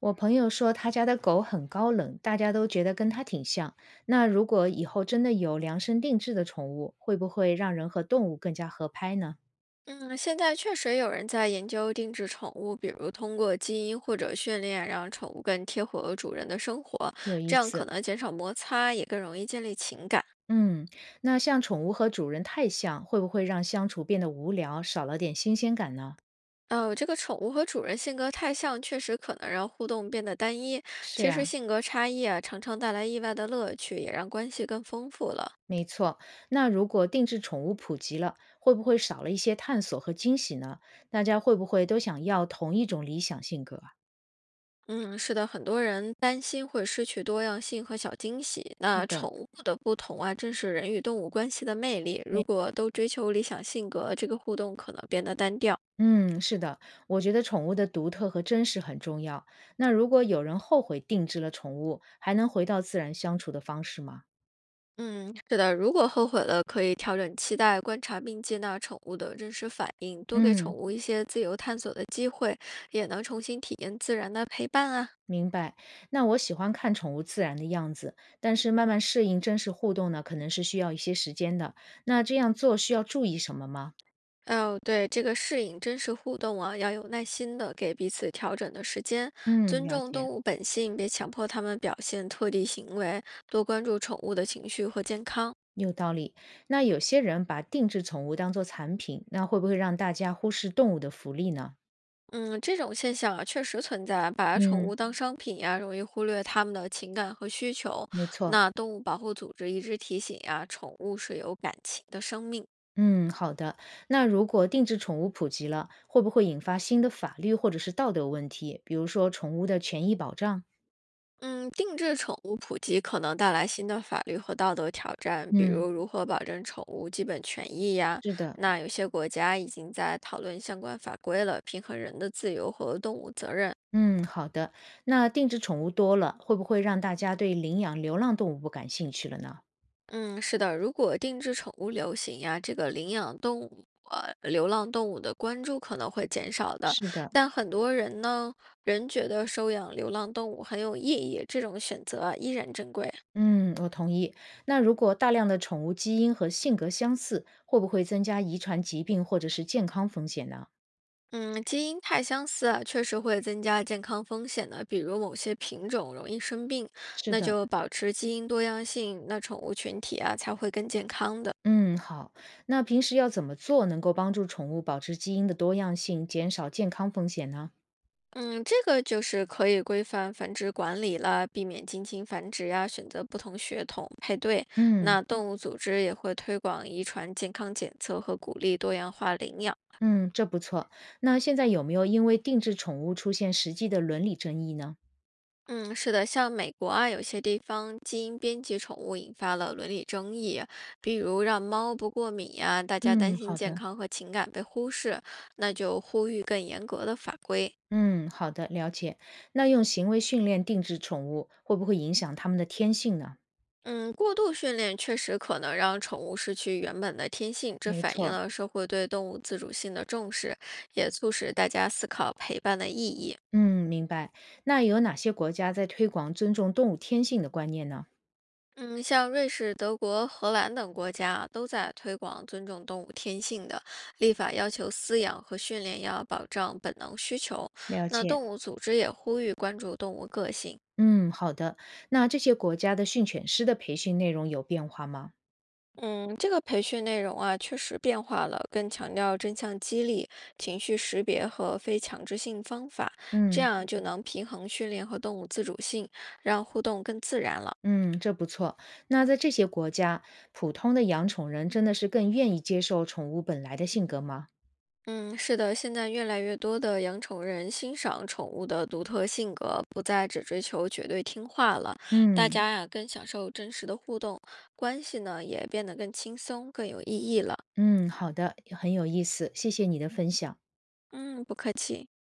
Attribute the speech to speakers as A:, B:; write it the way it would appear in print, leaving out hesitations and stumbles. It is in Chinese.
A: 我朋友说他家的狗很高冷，大家都觉得跟他挺像。那如果以后真的有量身定制的宠物，会不会让人和动物更加合拍呢？
B: 嗯，现在确实有人在研究定制宠物，比如通过基因或者训练，让宠物更贴合主人的生活，
A: 有意
B: 这样可
A: 思。
B: 能减少摩擦，也更容易建立情感。
A: 嗯，那像宠物和主人太像，会不会让相处变得无聊，少了点新鲜感呢？
B: 这个宠物和主人性格太像，确实可能让互动变得单一。
A: 是
B: 其实
A: 呀，
B: 性格差异啊，常常带来意外的乐趣，也让关系更丰富了。
A: 没错。那如果定制宠物普及了，会不会少了一些探索和惊喜呢？大家会不会都想要同一种理想性格啊？
B: 嗯，是的，很多人担心会失去多样性和小惊喜。
A: 是
B: 那
A: 的，
B: 宠物的不同啊，正是人与动物关系的魅力。如果都追求理想性格，这个互动可能变得单调。
A: 嗯，是的，我觉得宠物的独特和真实很重要。那如果有人后悔定制了宠物，还能回到自然相处的方式吗？
B: 嗯，是的，如果后悔了，可以调整期待，观察并接纳宠物的真实反应，多给宠
A: 嗯，
B: 物一些自由探索的机会，也能重新体验自然的陪伴啊。
A: 明白。那我喜欢看宠物自然的样子，但是慢慢适应真实互动呢，可能是需要一些时间的。那这样做需要注意什么吗？
B: 哦，对，这个适应真实互动啊，要有耐心的给彼此调整的时间，
A: 嗯，
B: 尊
A: 了
B: 重
A: 解，
B: 动物本性，别强迫它们表现特定行为，多关注宠物的情绪和健康。
A: 有道理。那有些人把定制宠物当做产品，那会不会让大家忽视动物的福利呢？
B: 嗯，这种现象啊确实存在，把宠
A: 嗯，
B: 物当商品呀、容易忽略它们的情感和需求。
A: 没错。
B: 那动物保护组织一直提醒呀、宠物是有感情的生命。
A: 嗯，好的。那如果定制宠物普及了，会不会引发新的法律或者是道德问题？比如说宠物的权益保障？
B: 嗯，定制宠物普及可能带来新的法律和道德挑战，比
A: 嗯，
B: 如如何保证宠物基本权益呀。
A: 是的。
B: 那有些国家已经在讨论相关法规了，平衡人的自由和动物责任。
A: 嗯，好的。那定制宠物多了，会不会让大家对领养流浪动物不感兴趣了呢？
B: 嗯，是的，如果定制宠物流行呀，这个领养动物、流浪动物的关注可能会减少的。
A: 是的，
B: 但很多人呢，仍觉得收养流浪动物很有意义，这种选择啊依然珍贵。
A: 嗯，我同意。那如果大量的宠物基因和性格相似，会不会增加遗传疾病或者是健康风险呢？
B: 嗯，基因太相似啊，确实会增加健康风险的，比如某些品种容易生病，
A: 是
B: 那
A: 的，
B: 就保持基因多样性，那宠物群体啊才会更健康的。
A: 嗯，好。那平时要怎么做能够帮助宠物保持基因的多样性，减少健康风险呢？
B: 嗯，这个就是可以规范繁殖管理啦，避免近亲繁殖呀、选择不同血统配对。
A: 嗯
B: 那动物组织也会推广遗传健康检测和鼓励多样化领养。
A: 嗯，这不错。那现在有没有因为定制宠物出现实际的伦理争议呢？
B: 嗯，是的，像美国啊，有些地方基因编辑宠物引发了伦理争议，比如让猫不过敏呀、大家担
A: 嗯，
B: 心
A: 好
B: 健
A: 的。
B: 康和情感被忽视，那就呼吁更严格的法规。
A: 嗯，好的，了解。那用行为训练定制宠物，会不会影响它们的天性呢？
B: 嗯，过度训练确实可能让宠物失去原本的天性，这
A: 没
B: 反映
A: 错。
B: 了社会对动物自主性的重视，也促使大家思考陪伴的意义。
A: 嗯，明白。那有哪些国家在推广尊重动物天性的观念呢？
B: 嗯，像瑞士、德国、荷兰等国家啊都在推广尊重动物天性的立法，要求饲养和训练要保障本能需求。
A: 了
B: 那
A: 解。
B: 动物组织也呼吁关注动物个性。
A: 嗯，好的。那这些国家的训犬师的培训内容有变化吗？
B: 嗯，这个培训内容啊，确实变化了，更强调正向激励、情绪识别和非强制性方法，这
A: 嗯
B: 样就能平衡训练和动物自主性，让互动更自然了。
A: 嗯，这不错。那在这些国家，普通的养宠人真的是更愿意接受宠物本来的性格吗？
B: 嗯，是的，现在越来越多的养宠人欣赏宠物的独特性格，不再只追求绝对听话了。大
A: 嗯
B: 家呀，更享受真实的互动，关系呢也变得更轻松、更有意义了。
A: 嗯，好的，很有意思，谢谢你的分享。
B: 嗯，不客气。